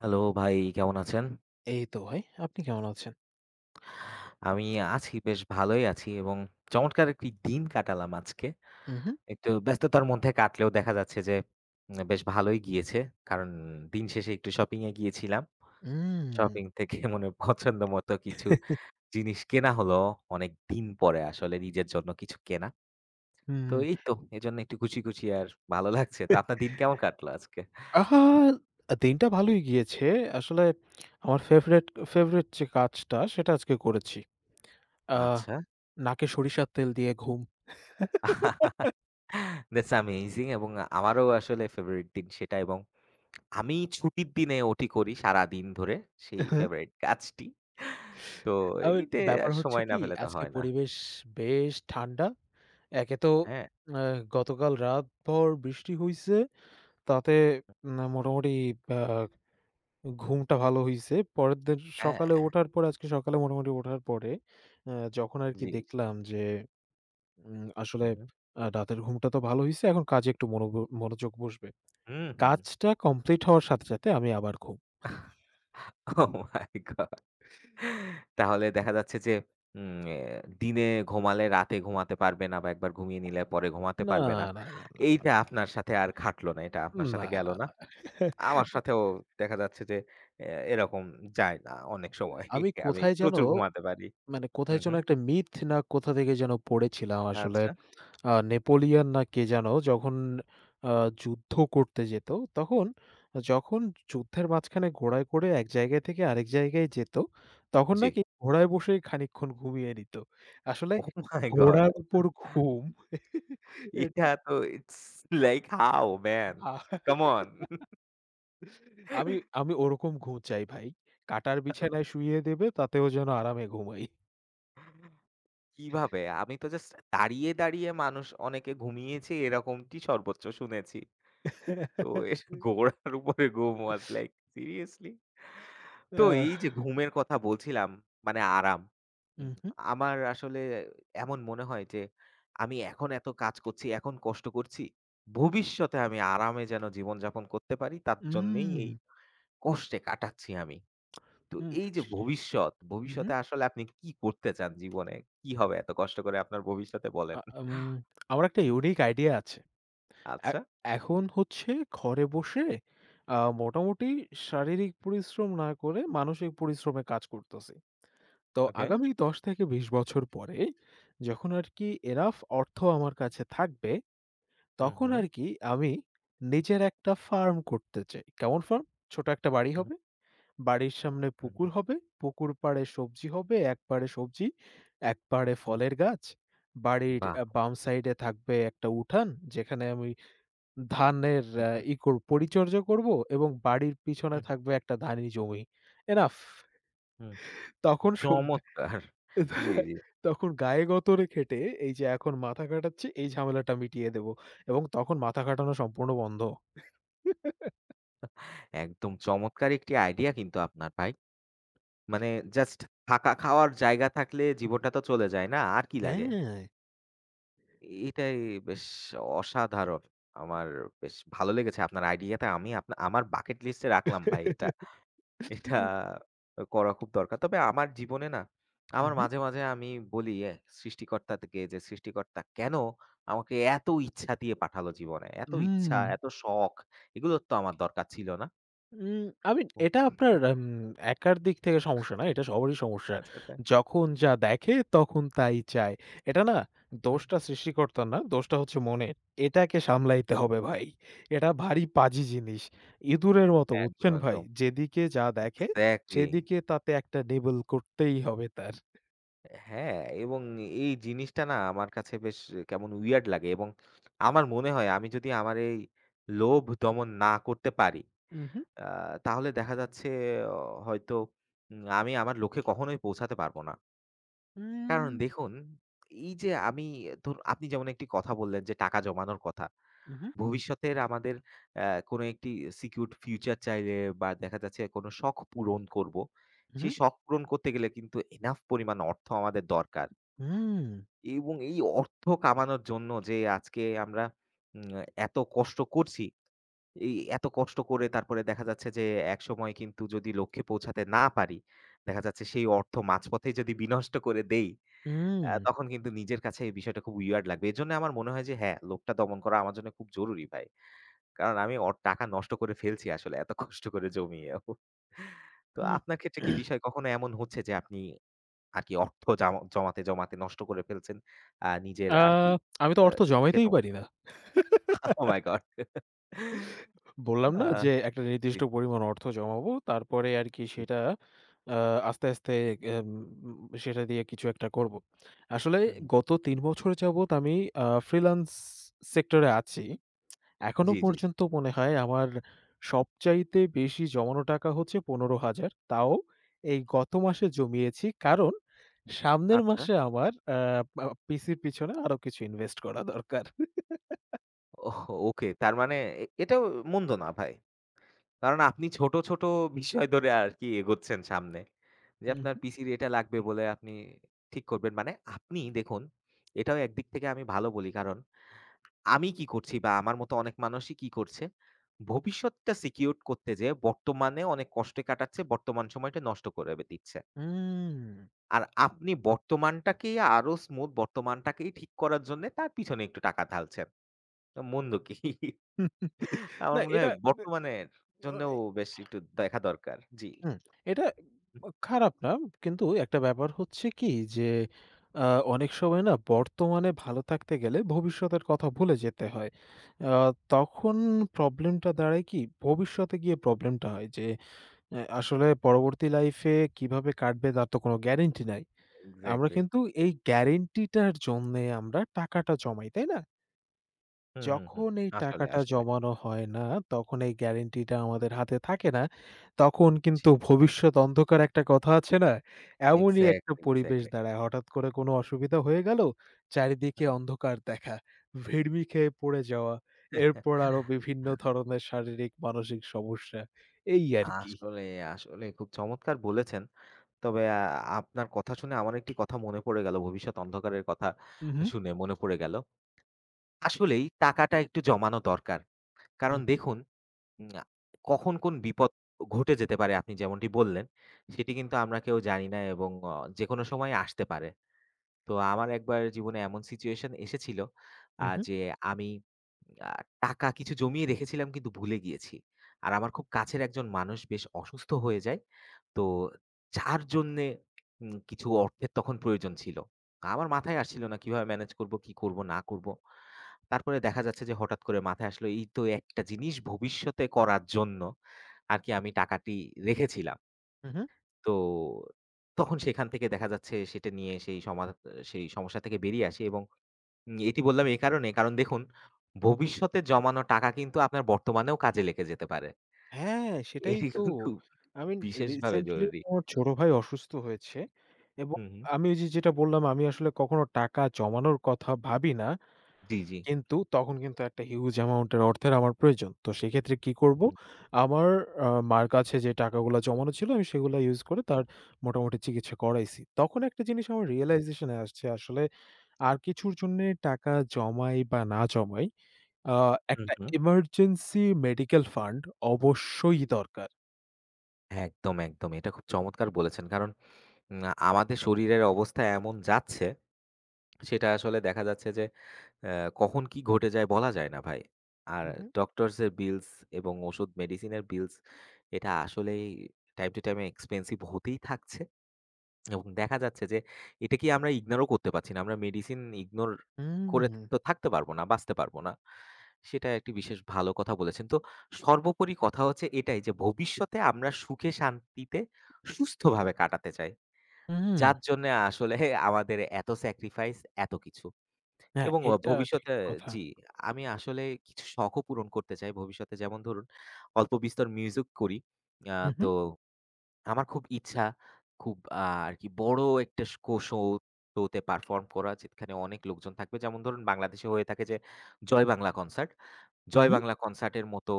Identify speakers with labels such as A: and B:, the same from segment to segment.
A: Hello ভাই, কেমন আছেন?
B: এই তো ভাই। আপনি কেমন আছেন?
A: আমি আছি, বেশ ভালোই আছি এবং চমৎকার একটি দিন কাটালাম আজকে।
B: উহু,
A: একটু ব্যস্ততার মধ্যে কাটলেও দেখা যাচ্ছে যে বেশ ভালোই গিয়েছে। কারণ দিন শেষে একটু শপিং এ গিয়েছিলাম।
B: উম
A: শপিং থেকে মনের পছন্দ মতো কিছু জিনিস কেনা হলো। অনেকদিন পরে আসলে নিজের জন্য কিছু কেনা। তো
B: হুম।
A: এই তো এজন্য একটু খুশি, খুশি আর ভালো লাগছে। তো আপনার দিন কেমন কাটলো আজকে?
B: আহা! দিনটা ভালোই গিয়েছে। আসলে আমার ফেভারেট ফেভারেট যে কাজটা সেটা আজকে করেছি। আ
A: আচ্ছা।
B: নাকে সরিষার তেল দিয়ে ঘুম।
A: That's amazing এবং আমারও আসলে ফেভারিট দিন সেটা এবং আমি ছুটির দিনে ওটি করি সারাদিন ধরে, সেই ফেভারিট কাজটি। তো
B: আবার
A: এমনিতে
B: ব্যাপার
A: আর
B: হচ্ছে
A: সময় না
B: কি,
A: পেলে তো
B: আজকে
A: হয় না।
B: পরিবেশ বেশ ঠান্ডা। একে তো
A: হ্যাঁ,
B: আ গতকাল রাতভর বৃষ্টি হইছে। তাতে না মোটামুটি আ ঘুমটা ভালো হইছে। পরের দিন
A: হ্যাঁ,
B: সকালে ওঠার পরে, আজকে সকালে মোটামুটি ওঠার পরে আ যখন আরকি
A: জি, জি।
B: দেখলাম যে
A: হু,
B: আসলে
A: হু।
B: রাতের ঘুমটা তো ভালো হইছে। এখন কাজে একটু মনোযোগ বসবে।
A: হুম, হুম, হুম।
B: কাজটা কমপ্লিট হওয়ার সাথে, সাথে আমি আবার ঘুম।
A: Oh my god! তাহলে দেখা যাচ্ছে যে উম এ দিনে ঘুমালে রাতে ঘুমাতে পারবে না বা একবার ঘুমিয়ে নিলে পরে ঘুমাতে
B: না,
A: পারবে না।
B: না, না, না, না,
A: এইটা আপনার সাথে আর খাটলো না, এটা আপনার সাথে
B: না,
A: গেল না।
B: না।
A: আমার সাথেও দেখা যাচ্ছে যে এ এরকম যায় না অনেক সময়।
B: আমি
A: আমি
B: কোথায় যেন
A: প্রচুর ঘুমাতে পারি।
B: মানে
A: হু,
B: কোথায়
A: হু।
B: যেন একটা মিথ, না কোথা থেকে যেন পড়েছিলাম আসলে।
A: আচ্ছা,
B: নেপোলিয়ন না কে যেন, যখন আ যুদ্ধ করতে যেত, তখন যখন যুদ্ধের মাঝখানে ঘোড়ায় করে এক জায়গা থেকে আরেক জায়গায় যেত, তখন
A: জি।
B: নাকি ঘোড়ায় বসেই খানিকক্ষণ ঘুমিয়ে নিত। আসলে
A: Oh my god.
B: ঘোড়ার উপর ঘুম।
A: এটা
B: এটা
A: তো it's like how man?
B: Uh
A: come on.
B: আমি আমি ওরকম ঘুম চাই ভাই। কাটার বিছানায় শুইয়ে দেবে তাতেও যেন আরামে ঘুমাই।
A: কিভাবে? আমি তো জাস্ট দাঁড়িয়ে, দাঁড়িয়ে মানুষ অনেকে ঘুমিয়েছে এরকমটি সর্বোচ্চ শুনেছি। তো এর ঘোড়ার উপরে ঘুম ওয়াজ লাইক সিরিয়াসলি? তো
B: আহ।
A: এই যে ঘুমের কথা বলছিলাম মানে আরাম। হুম,
B: উহু,
A: আমার আসলে এমন মনে হয় যে আমি এখন এত কাজ করছি, এখন কষ্ট করছি। ভবিষ্যতে আমি আরামে যেন জীবনযাপন করতে পারি তার
B: উম,
A: জন্যেই
B: উম,
A: এই কষ্টে কাটাচ্ছি আমি। তো
B: উম হুম,
A: এই যে ভবিষ্যৎ,
B: উহু।
A: ভবিষ্যতে আসলে আপনি কি করতে চান জীবনে? কি হবে এত কষ্ট করে আপনার ভবিষ্যতে বলেন?
B: আ উম আমার একটা ইউনিক আইডিয়া আছে। এ
A: আচ্ছা,
B: এখন হচ্ছে ঘরে বসে মোটামুটি শারীরিক পরিশ্রম না করে মানসিক পরিশ্রমে কাজ করতেছি। তো
A: ওকে।
B: আগামী ১০ থেকে ২০ বছর পরে, যখন আরকি এনাফ অর্থ আমার কাছে থাকবে,
A: হুম,
B: তখন
A: হুম,
B: আরকি আমি নিজের একটা ফার্ম করতে চাই। কেমন ফার্ম? ছোট একটা বাড়ি
A: হুম,
B: হবে। বাড়ির সামনে
A: হুম, হুম,
B: পুকুর হবে। পুকুর পাড়ে সবজি হবে। এক পাড়ে সবজি, এক পাড়ে
A: হুম।
B: ফলের গাছ। বাড়ির
A: বাহ!
B: বাম সাইডে থাকবে একটা উঠান, যেখানে আমি ধানের
A: হুম,
B: আ
A: হুম,
B: ই করব পরিচর্যা করব, এবং বাড়ির পিছনে
A: হুম,
B: থাকবে একটা ধানি জমি। এনাফ।
A: হুম।
B: তখন স
A: চমৎকার! জি, জি।
B: তখন গায়ে গতরে খেটে এই যে এখন মাথা খাটাচ্ছি এই ঝামেলাটা মিটিয়ে দেব, এবং তখন মাথা খাটানো সম্পূর্ণ বন্ধ।
A: একদম চমৎকার একটি আইডিয়া কিন্তু আপনার ভাই। মানে জাস্ট থাকা খাওয়ার জায়গা থাকলে জীবনটা তো চলে যায় না? আর কি লাগে?
B: হ্যাঁ।
A: এটাই বেশ অসাধারণ! আমার বেশ ভালো লেগেছে আপনার আইডিয়াটা। আমি আপনা আমার বাকেট লিস্টে রাখলাম ভাই এটা। এটা করা খুব দরকার। তবে আমার জীবনে না আমার
B: উহু।
A: মাঝে, মাঝে আমি বলি সৃষ্টিকর্তাকে যে সৃষ্টিকর্তা কেন আমাকে এত ইচ্ছা দিয়ে পাঠালো জীবনে? এত ইচ্ছা,
B: উম
A: এত শখ এগুলোর তো আমার দরকার ছিল না।
B: উম আমি
A: ও,
B: এটা আপনার একার দিক থেকে সমস্যা না। এটা সবারই সমস্যা।
A: আচ্ছা, আচ্ছা।
B: যখন যা দেখে তখন তাই চায়। এটা না,
A: হুম,
B: দোষটা সৃষ্টিকর্তার না, দোষটা হচ্ছে মনের। এটাকে সামলাইতে হবে ভাই। এটা ভারী পাজি জিনিস। ইঁদুরের মতো,
A: একদম,
B: বুঝছেন ভাই?
A: একদম।
B: যেদিকে যা দেখে
A: এক্সাক্টলি।
B: সেদিকে তাতে একটা নেবল করতেই হবে তার।
A: হ্যাঁ, এবং এই জিনিসটা না আমার কাছে বেশ কেমন উইয়ার্ড লাগে এবং আমার মনে হয় আমি যদি আমার এই লোভ দমন না করতে পারি
B: উহু,
A: আ তাহলে দেখা যাচ্ছে অ হয়তো আমি আমার লক্ষ্যে কখনোই পৌঁছাতে পারব না। কারণ
B: উম
A: দেখুন, এই যে আমি ধরুন আপনি যেমন একটি কথা বললেন যে টাকা জমানোর কথা।
B: উহু,
A: ভবিষ্যতের আমাদের অ্যা কোনো একটি সিকিউরড ফিউচার চাইলে বা দেখা যাচ্ছে কোনো শখ পূরণ করব।
B: উহু,
A: সেই শখ পূরণ করতে গেলে কিন্তু এনাফ পরিমাণ অর্থ আমাদের দরকার।
B: উম
A: এবং এই অর্থ কামানোর জন্য যে আজকে আমরা উম এত কষ্ট করছি এই এত কষ্ট করে তারপরে দেখা যাচ্ছে যে একসময় কিন্তু যদি লক্ষ্যে পৌঁছাতে না পারি, দেখা যাচ্ছে সেই অর্থ মাঝপথেই যদি বিনষ্ট করে দেই,
B: উম
A: তখন কিন্তু নিজের কাছে এই বিষয়টা খুব উইয়ার্ড লাগবে। এজন্য আমার মনে হয় যে হ্যাঁ, লোভটা দমন করা আমার জন্য খুব জরুরি ভাই। কারণ আমি অর টাকা নষ্ট করে ফেলছি আসলে এত কষ্ট করে জমিয়েও। তো
B: উম
A: আপনার ক্ষেত্রে কি বিষয় কখনো এমন হচ্ছে যে আপনি আরকি অর্থ জমাতে, জমাতে নষ্ট করে ফেলছেন নিজের
B: আ
A: আরকি
B: আমি তো অর্থ
A: ইচ্ছাকে
B: জমাইতেই
A: দমন
B: পারি
A: করে?
B: না।
A: Oh my god!
B: বললাম
A: আ
B: না, যে একটা
A: জি,
B: নির্দিষ্ট পরিমাণ অর্থ জমাবো। তারপরে আরকি
A: জি।
B: সেটা আ আস্তে, আস্তে এম সেটা দিয়ে কিছু একটা করব। আসলে
A: হুম, হুম।
B: গত ৩ বছর যাবৎ আমি ফ্রিল্যান্স সেক্টরে আছি। এখনো
A: জি, জি, জি।
B: পর্যন্ত মনে হয় আমার সবচাইতে বেশি জমানো টাকা হচ্ছে ১৫,০০০। তাও এই গত মাসে জমিয়েছি। কারণ সামনের
A: আচ্ছা।
B: মাসে আমার আ আ পিসির পিছনে আরো কিছু ইনভেস্ট করা দরকার।
A: ওহ ওকে। তার মানে এটাও মন্দ না ভাই। কারণ আপনি ছোট, ছোট বিষয় ধরে আরকি এগোচ্ছেন সামনে। যে
B: হুম,
A: আপনার পিসির এটা লাগবে বলে আপনি ঠিক করবেন। মানে আপনি দেখুন, এটাও একদিক থেকে আমি ভালো বলি। কারণ আমি কি করছি বা আমার মতো অনেক মানুষই কি করছে? ভবিষ্যৎটা সিকিউর করতে যেয়ে বর্তমানে অনেক কষ্টে কাটাচ্ছে, বর্তমান সময়টা নষ্ট করে বে দিচ্ছে।
B: হুম।
A: আর আপনি বর্তমানটাকেই আরো স্মুথ বর্তমানটাকেই ঠিক করার জন্যে তার পিছনে একটু টাকা ঢালছেন। মন্দ কি?
B: না,
A: আমার মনে
B: এটা
A: হয় বর্তমানের
B: ওই।
A: জন্যও বেশ একটু দেখা দরকার। জি।
B: হুম, এটা
A: হুম।
B: খারাপ না। কিন্তু একটা ব্যাপার হচ্ছে কি, যে আ অনেক সময় না বর্তমানে ভালো থাকতে গেলে ভবিষ্যতের কথা ভুলে যেতে হয়। আ তখন প্রবলেমটা দাঁড়ায় কি, ভবিষ্যতে গিয়ে প্রবলেমটা হয় যে আসলে পরবর্তী লাইফে কিভাবে কাটবে তার তো কোনো গ্যারান্টি নাই। আমরা
A: এক্সাক্টলি।
B: কিন্তু, এই গ্যারান্টিটার জন্যে আমরা টাকাটা জমাই, তাই না?
A: হুম, হুম, হুম।
B: যখন এই
A: আসলে,
B: টাকাটা
A: আসলে।
B: জমানো হয় না, তখন এই গ্যারান্টিটা আমাদের হাতে থাকে না। তখন
A: জি।
B: কিন্তু ভবিষ্যৎ অন্ধকার, একটা কথা আছে না? এমনই একটা
A: এক্সাক্টলি,
B: পরিবেশ
A: এক্সাক্টলি।
B: দাঁড়ায়। হঠাৎ করে কোনো অসুবিধা হয়ে গেল, চারিদিকে অন্ধকার দেখা, ভিড়মি খেয়ে পড়ে যাওয়া, এরপর আরো বিভিন্ন ধরনের শারীরিক, মানসিক সমস্যা, এই আরকি।
A: আসলে, আসলে খুব চমৎকার বলেছেন। তবে আপনার কথা শুনে আমার একটি কথা মনে পড়ে গেল। ভবিষ্যৎ অন্ধকারের কথা
B: উহু,
A: শুনে মনে পড়ে গেল। আসলেই টাকাটা একটু জমানো দরকার। কারণ
B: উহু,
A: দেখুন না, কখন কোন বিপদ ঘটে যেতে পারে আপনি যেমনটি বললেন, সেটি কিন্তু আমরা কেউ জানি না এবং যেকোনো সময় আসতে পারে। তো আমার একবার জীবনে এমন সিচুয়েশন এসেছিল
B: উহু,
A: যে আমি আ টাকা কিছু জমিয়ে রেখেছিলাম কিন্তু ভুলে গিয়েছি। আর আমার খুব কাছের একজন মানুষ বেশ অসুস্থ হয়ে যায়। তো যার জন্যে কিছু অর্থের তখন প্রয়োজন ছিল। আমার মাথায় আসছিল না কিভাবে ম্যানেজ করব, কি করব না করব। তারপরে দেখা যাচ্ছে যে হঠাৎ করে মাথায় আসলো এই তো একটা জিনিস ভবিষ্যতে করার জন্য আরকি আমি টাকাটি রেখেছিলাম।
B: উহু।
A: তো তখন সেখান থেকে দেখা যাচ্ছে সেটা নিয়ে সেই সমস্যা থেকে বেরিয়ে আসি এবং এটি বললাম এ কারণে কারণ দেখুন ভবিষ্যতে জমানো টাকা কিন্তু আপনার বর্তমানেও কাজে লেগে যেতে পারে।
B: হ্যাঁ, সেটাই
A: এটি
B: তো।
A: কিন্তু
B: আমি
A: বিশেষভাবে
B: রিসেন্টলি
A: জরুরি।
B: আমার ছোট ভাই অসুস্থ হয়েছে, এবং
A: হুম, হুম।
B: আমি ওই যে যেটা বললাম, আমি আসলে কখনো টাকা জমানোর কথা ভাবি না।
A: জি, জি।
B: কিন্তু তখন কিন্তু একটা হিউজ অ্যামাউন্ট এর অর্থের আমার প্রয়োজন। তো সেক্ষেত্রে কি করব?
A: হুম,
B: আমার আ মার কাছে যে টাকাগুলা জমানো ছিল, আমি সেগুলা ইউস করে
A: জি।
B: তার মোটামুটি চিকিৎসা করাইছি। তখন একটা জিনিস আমার
A: হুম,
B: রিয়ালাইজেশন এ আসছে, আসলে আর কিছুর জন্যে টাকা জমাই বা না জমাই, আ
A: হুম,
B: একটা
A: হুম।
B: এমার্জেন্সি মেডিকেল ফান্ড অবশ্যই দরকার।
A: একদম, একদম। এটা খুব চমৎকার বলেছেন। কারণ উম আমাদের শরীরের অবস্থা এমন যাচ্ছে সেটা আসলে দেখা যাচ্ছে যে আ কখন কি ঘটে যায় বলা যায় না ভাই। আর
B: হু, হু।
A: ডক্টরস এর বিলস এবং ওষুধ মেডিসিনের বিলস এটা আসলেই টাইম টু টাইম এক্সপেনসিভ হতেই থাকছে। এবং দেখা যাচ্ছে যে এটা কি আমরা ইগনোরও করতে পারছি না। আমরা মেডিসিন ইগনোর
B: হুম,
A: করে তো থাকতে পারবো না, বাঁচতে পারবো না। সেটা একটি বিশেষ ভালো কথা বলেছেন। তো সর্বোপরি কথা হচ্ছে এটাই যে ভবিষ্যতে আমরা সুখে শান্তিতে সুস্থভাবে কাটাতে চাই।
B: হুম।
A: যার জন্যে আসলে আমাদের এত স্যাক্রিফাইস এত কিছু।
B: হ্যাঁ,
A: এবং
B: এটা ঠিক
A: ভবিষ্যতে
B: কথা।
A: জি, আমি আসলে কিছু শখও পূরণ করতে চাই ভবিষ্যতে। যেমন ধরুন অল্প বিস্তর মিউজিক করি। আ
B: হু, হু,
A: তো আমার খুব ইচ্ছা খুব আরকি বড় একটা শো শো শোতে পারফর্ম করা যেখানে অনেক লোকজন থাকবে। যেমন ধরুন বাংলাদেশে হয়ে থাকে যে জয় বাংলা কনসার্ট।
B: হু,
A: জয়
B: হু।
A: বাংলা কনসার্টের মতো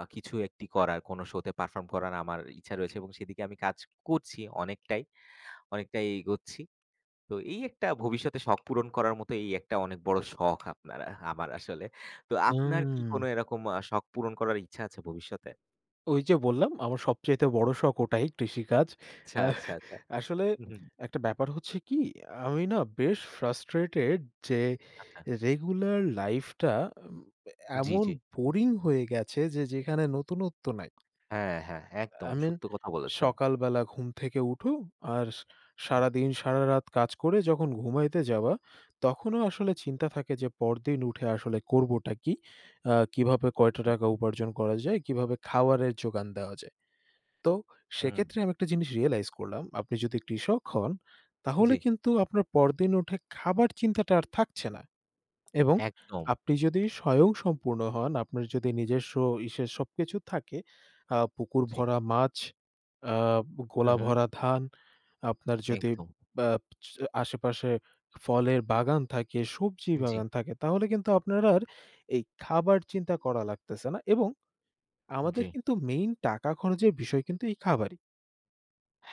A: কিছু একটি করার কোনো শোতে পারফর্ম করার আমার ইচ্ছা রয়েছে এবং সেদিকে আমি কাজ করছি অনেকটাই, অনেকটাই এগোচ্ছি। তো এই একটা ভবিষ্যতে শখ পূরণ করার মতো এই একটা অনেক বড় শখ আপনার আমার আসলে। তো আপনার কি
B: হুম।
A: কোনো এরকম শখ পূরণ করার ইচ্ছা আছে ভবিষ্যতে?
B: ওই যে বললাম, আমার সবচাইতে বড় শখ ওটাই, কৃষিকাজ।
A: আচ্ছা,
B: আহ
A: আচ্ছা, আচ্ছা।
B: আসলে
A: হু, হু।
B: একটা ব্যাপার হচ্ছে কি, আমি না বেশ ফ্রাস্ট্রেটেড যে
A: আচ্ছা।
B: রেগুলার লাইফ টা
A: জি,
B: এমন
A: জি।
B: বোরিং হয়ে গেছে, যে যেখানে নতুনত্ব নাই।
A: হ্যাঁ, হ্যাঁ, একদম
B: I mean,
A: সত্য কথা বলেছেন।
B: সকালবেলা ঘুম থেকে উঠো, আর স
A: হুম,
B: সারাদিন সারারাত কাজ করে যখন ঘুমাইতে যাবা, তখনও আসলে চিন্তা থাকে যে পরদিন উঠে আসলে করবোটা কি? কিভাবে কয়টা
A: হুম,
B: টাকা উপার্জন করা যায়? কিভাবে খাওয়ারের যোগান দেওয়া যায়? তো
A: হুম।
B: সেক্ষেত্রে আমি একটা জিনিস রিয়ালাইজ করলাম, আপনি যদি কৃষক হন, তাহলে
A: জি।
B: কিন্তু আপনার পরদিন উঠে খাবার চিন্তাটা আর থাকছে না। এবং
A: একদম।
B: আপনি যদি স্বয়ংসম্পূর্ণ হন, আপনার যদি নিজস্ব ইসের সবকিছু থাকে, পুকুর
A: জি।
B: ভরা মাছ, আ
A: হু,
B: গোলা
A: হু।
B: ভরা ধান, আপনার যদি
A: একদম।
B: বা চ আশেপাশে ফলের বাগান থাকে, সবজি
A: জি,
B: বাগান থাকে, তাহলে কিন্তু আপনার আর এই খাবার চিন্তা করা লাগতেছে না, এবং আমাদের
A: জি।
B: কিন্তু মেইন টাকা খরচের বিষয় কিন্তু এই খাবারই।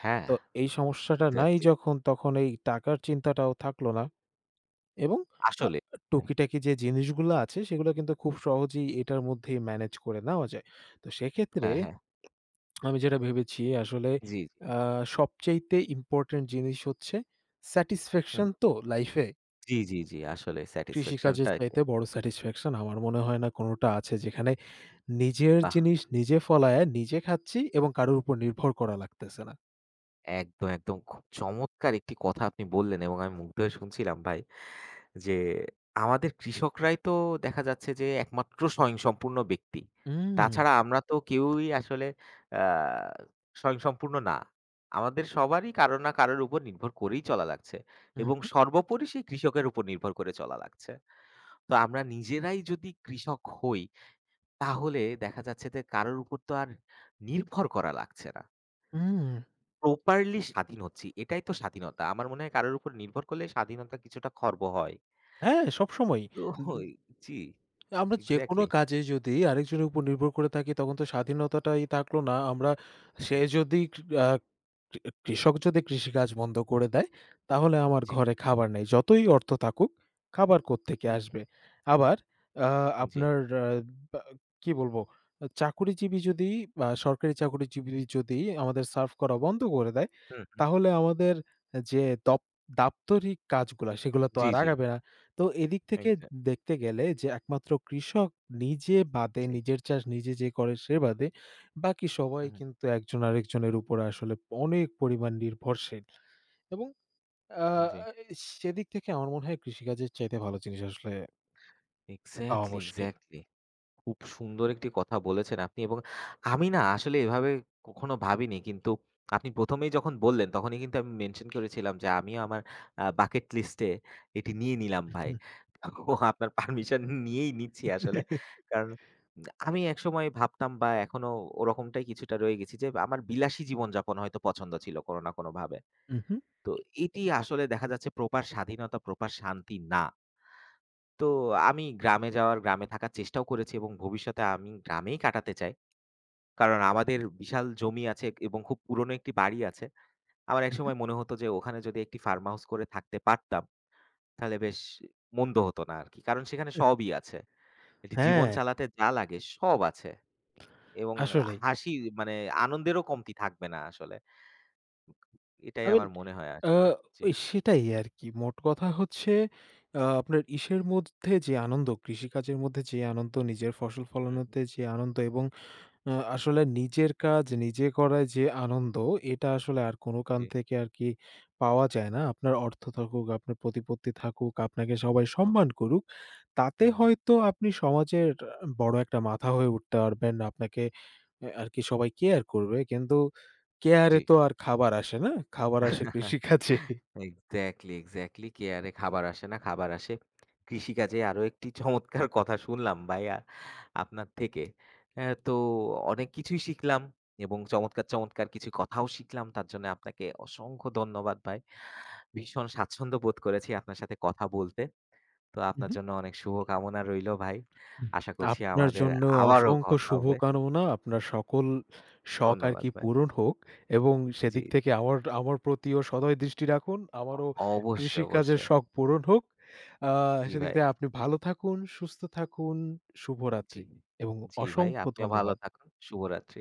A: হ্যাঁ,
B: তো এই সমস্যাটা নাই
A: এক্সাক্টলি।
B: যখন, তখন এই টাকার চিন্তাটাও থাকলো না। এবং আ
A: আসলে।
B: টুকিটাকি যে জিনিসগুলো আছে সেগুলো কিন্তু খুব সহজেই এটার মধ্যেই ম্যানেজ করে নেওয়া যায়। তো সেক্ষেত্রে
A: হ্যাঁ, হ্যাঁ।
B: আমি যেটা ভেবেছি আসলে,
A: জি, জি।
B: আ সবচাইতে ইম্পোর্টেন্ট জিনিস হচ্ছে
A: হুম।
B: স্যাটিসফ্যাকশন, তো লাইফে
A: জি, জি, জি। আসলে স্যাটিসফ্যাকশন
B: কৃষিকাজের
A: টা
B: চাইতে বড় স্যাটিসফ্যাকশন আমার মনে হয় না কোনোটা আছে। যেখানে নিজের
A: বাহ!
B: জিনিস নিজে ফলায়া নিজে খাচ্ছি, এবং কারোর উপর নির্ভর করা লাগতেছে না।
A: একদম, একদম। খুব চমৎকার একটি কথা আপনি বললেন এবং আমি মুগ্ধ হয়ে শুনছিলাম ভাই যে, আমাদের কৃষকরাই তো দেখা যাচ্ছে যে একমাত্র স্বয়ংসম্পূর্ণ ব্যক্তি।
B: হুম,
A: তাছাড়া আমরা তো কেউই আসলে আ স্বয়ংসম্পূর্ণ না। আমাদের সবারই কারো না কারোর উপর নির্ভর করেই চলা লাগছে
B: হু,
A: এবং
B: হু,
A: সর্বোপরি সেই কৃষকের উপর নির্ভর করে চলা লাগছে। তো আমরা নিজেরাই যদি কৃষক হই, তাহলে দেখা যাচ্ছে যে কারোর উপর তো আর নির্ভর করা লাগছে না।
B: হুম।
A: প্রপারলি স্বাধীন হচ্ছি। এটাই তো স্বাধীনতা। আমার মনে হয় কারোর উপর নির্ভর করলে স্বাধীনতা কিছুটা খর্ব হয়।
B: হ্যাঁ, সবসময়ই।
A: তো ওই জি,
B: আমরা যেকোনো
A: এক্সাক্টলি।
B: কাজে যদি আরেকজনের উপর নির্ভর করে থাকি তখন তো স্বাধীনতাটাই থাকলো না। আমরা সে
A: হুম,
B: যদি আ কৃ কৃষক যদি কৃষিকাজ বন্ধ করে দেয়, তাহলে আমার
A: জি,
B: ঘরে খাবার নেই। যতই অর্থ থাকুক, খাবার কোত্থেকে
A: হুম,
B: আসবে? আবার আ
A: হুম, জি,
B: আপনার আ বা কি বলবো? চাকুরিজীবী যদি, বা সরকারি চাকুরিজীবী যদি আমাদের সার্ভ করা বন্ধ করে দেয়,
A: হুম, হুম,
B: তাহলে আমাদের যে দপ দাপ্তরিক কাজগুলা, সেগুলা তো
A: জি,
B: আর
A: জি,
B: আগাবে না। তো এদিক থেকে
A: এক্সাক্ট
B: দেখতে গেলে যে একমাত্র কৃষক নিজে বাদে,
A: জি,
B: নিজের চাষ নিজে যে করে সে বাদে, বাকি সবাই
A: হুম,
B: কিন্তু একজন আরেকজনের উপর আসলে অনেক পরিমাণ নির্ভরশীল, এবং আ
A: হুম, জি।
B: এ সেদিক থেকে আমার মনে হয় কৃষিকাজের চাইতে ভালো জিনিস আসলে পাওয়া
A: এক্সাক্টলি,
B: মুশকিল।
A: এক্সাক্টলি। খুব সুন্দর একটি কথা বলেছেন আপনি এবং আমি না আসলে এভাবে কখনো ভাবিনি। কিন্তু আপনি ১ম এই যখন বললেন, তখনই কিন্তু আমি মেনশন করেছিলাম যে, "আমিও আমার বাকেট লিস্টে এটি নিয়ে নিলাম ভাই।" তো আপনার পারমিশন নিয়েই নিচ্ছি আসলে। কারণ আমি একসময় ভাবতাম বা এখনো ওরকমটাই কিছুটা রয়ে গেছি যে, আমার বিলাসী জীবনযাপন হয়তো পছন্দ ছিল কোনো না কোনোভাবে।
B: উহু,
A: তো এটি আসলে দেখা যাচ্ছে প্রপার স্বাধীনতা, প্রপার শান্তি না। তো আমি গ্রামে থাকার চেষ্টাও করেছি এবং ভবিষ্যতে আমি গ্রামেই কাটাতে চাই। কারণ আমাদের বিশাল জমি আছে এবং খুব পুরনো একটি বাড়ি আছে। আমার
B: উহু।
A: একসময় মনে হতো যে ওখানে যদি একটি ফার্ম হাউস করে থাকতে পারতাম, তাহলে বেশ মন্দ হতো না আরকি। কারণ সেখানে সবই আছে। এটি জীবন
B: হ্যাঁ,
A: চালাতে যা লাগে সব আছে। এবং
B: আসলেই।
A: হাসি মানে আনন্দেরও কমতি থাকবে না আসলে। এটাই
B: আই মিন
A: আমার মনে হয়
B: আ
A: আসলে। জি।
B: ওই সেটাই আরকি। মোট কথা হচ্ছে, আপনার ইসের মধ্যে যে আনন্দ, কৃষিকাজের মধ্যে যে আনন্দ, নিজের ফসল
A: হুম, হুম।
B: ফলানোতে যে আনন্দ, এবং আসলে নিজের কাজ নিজে করায় যে আনন্দ, এটা আসলে আর কোনো কান
A: জি।
B: থেকে আরকি পাওয়া যায় না। আপনার অর্থ থাকুক, আপনার প্রতিপত্তি থাকুক, আপনাকে সবাই
A: ম
B: সম্মান করুক। তাতে
A: হুম, হুম।
B: হয়তো আপনি সমাজের বড় একটা মাথা হয়ে উঠতে পারবেন। আপনাকে আরকি সবাই কেয়ার করবে। কিন্তু কেয়ারে
A: জি।
B: তো আর খাবার আসে না। খাবার আসে কৃষিকাজে।
A: এক্সাক্টলি, এক্সাক্টলি কেয়ারে খাবার আসে না, খাবার আসে। কৃষিকাজে আরো একটি চমৎকার কথা শুনলাম ভাইয়া আপনার থেকে। হ্যাঁ, তো অনেক কিছুই শিখলাম এবং চমৎকার, চমৎকার কিছু কথাও শিখলাম। তার জন্য আপনাকে অসংখ্য ধন্যবাদ ভাই। ভীষণ স্বাচ্ছন্দ্য বোধ করেছি আপনার সাথে কথা বলতে। তো আপনার
B: উহু।
A: জন্য অনেক শুভকামনা রইলো ভাই।
B: হুম।
A: আশা করছি
B: আপনার
A: আমাদের
B: জন্য
A: আবারও
B: অসংখ্য
A: কথা হবে।
B: শুভকামনা। আপনার সকল শখ
A: ধন্যবাদ
B: আরকি
A: ভাই।
B: পূরণ হোক, এবং
A: জি,
B: সেদিক থেকে
A: জি।
B: আমার আমার প্রতিও সদয় দৃষ্টি রাখুন। আমারও
A: অবশ্যই,
B: কৃষিকাজের
A: অবশ্যই।
B: শখ পূরণ হোক। আ
A: জি
B: সেদিক
A: ভাই।
B: থেকে আপনি ভালো থাকুন, সুস্থ থাকুন।
A: জি।
B: শুভরাত্রি এবং
A: জি ভাই,
B: অসংখ্য
A: আপনিও ভালো
B: ধন্যবাদ।
A: থাকুন। শুভরাত্রি।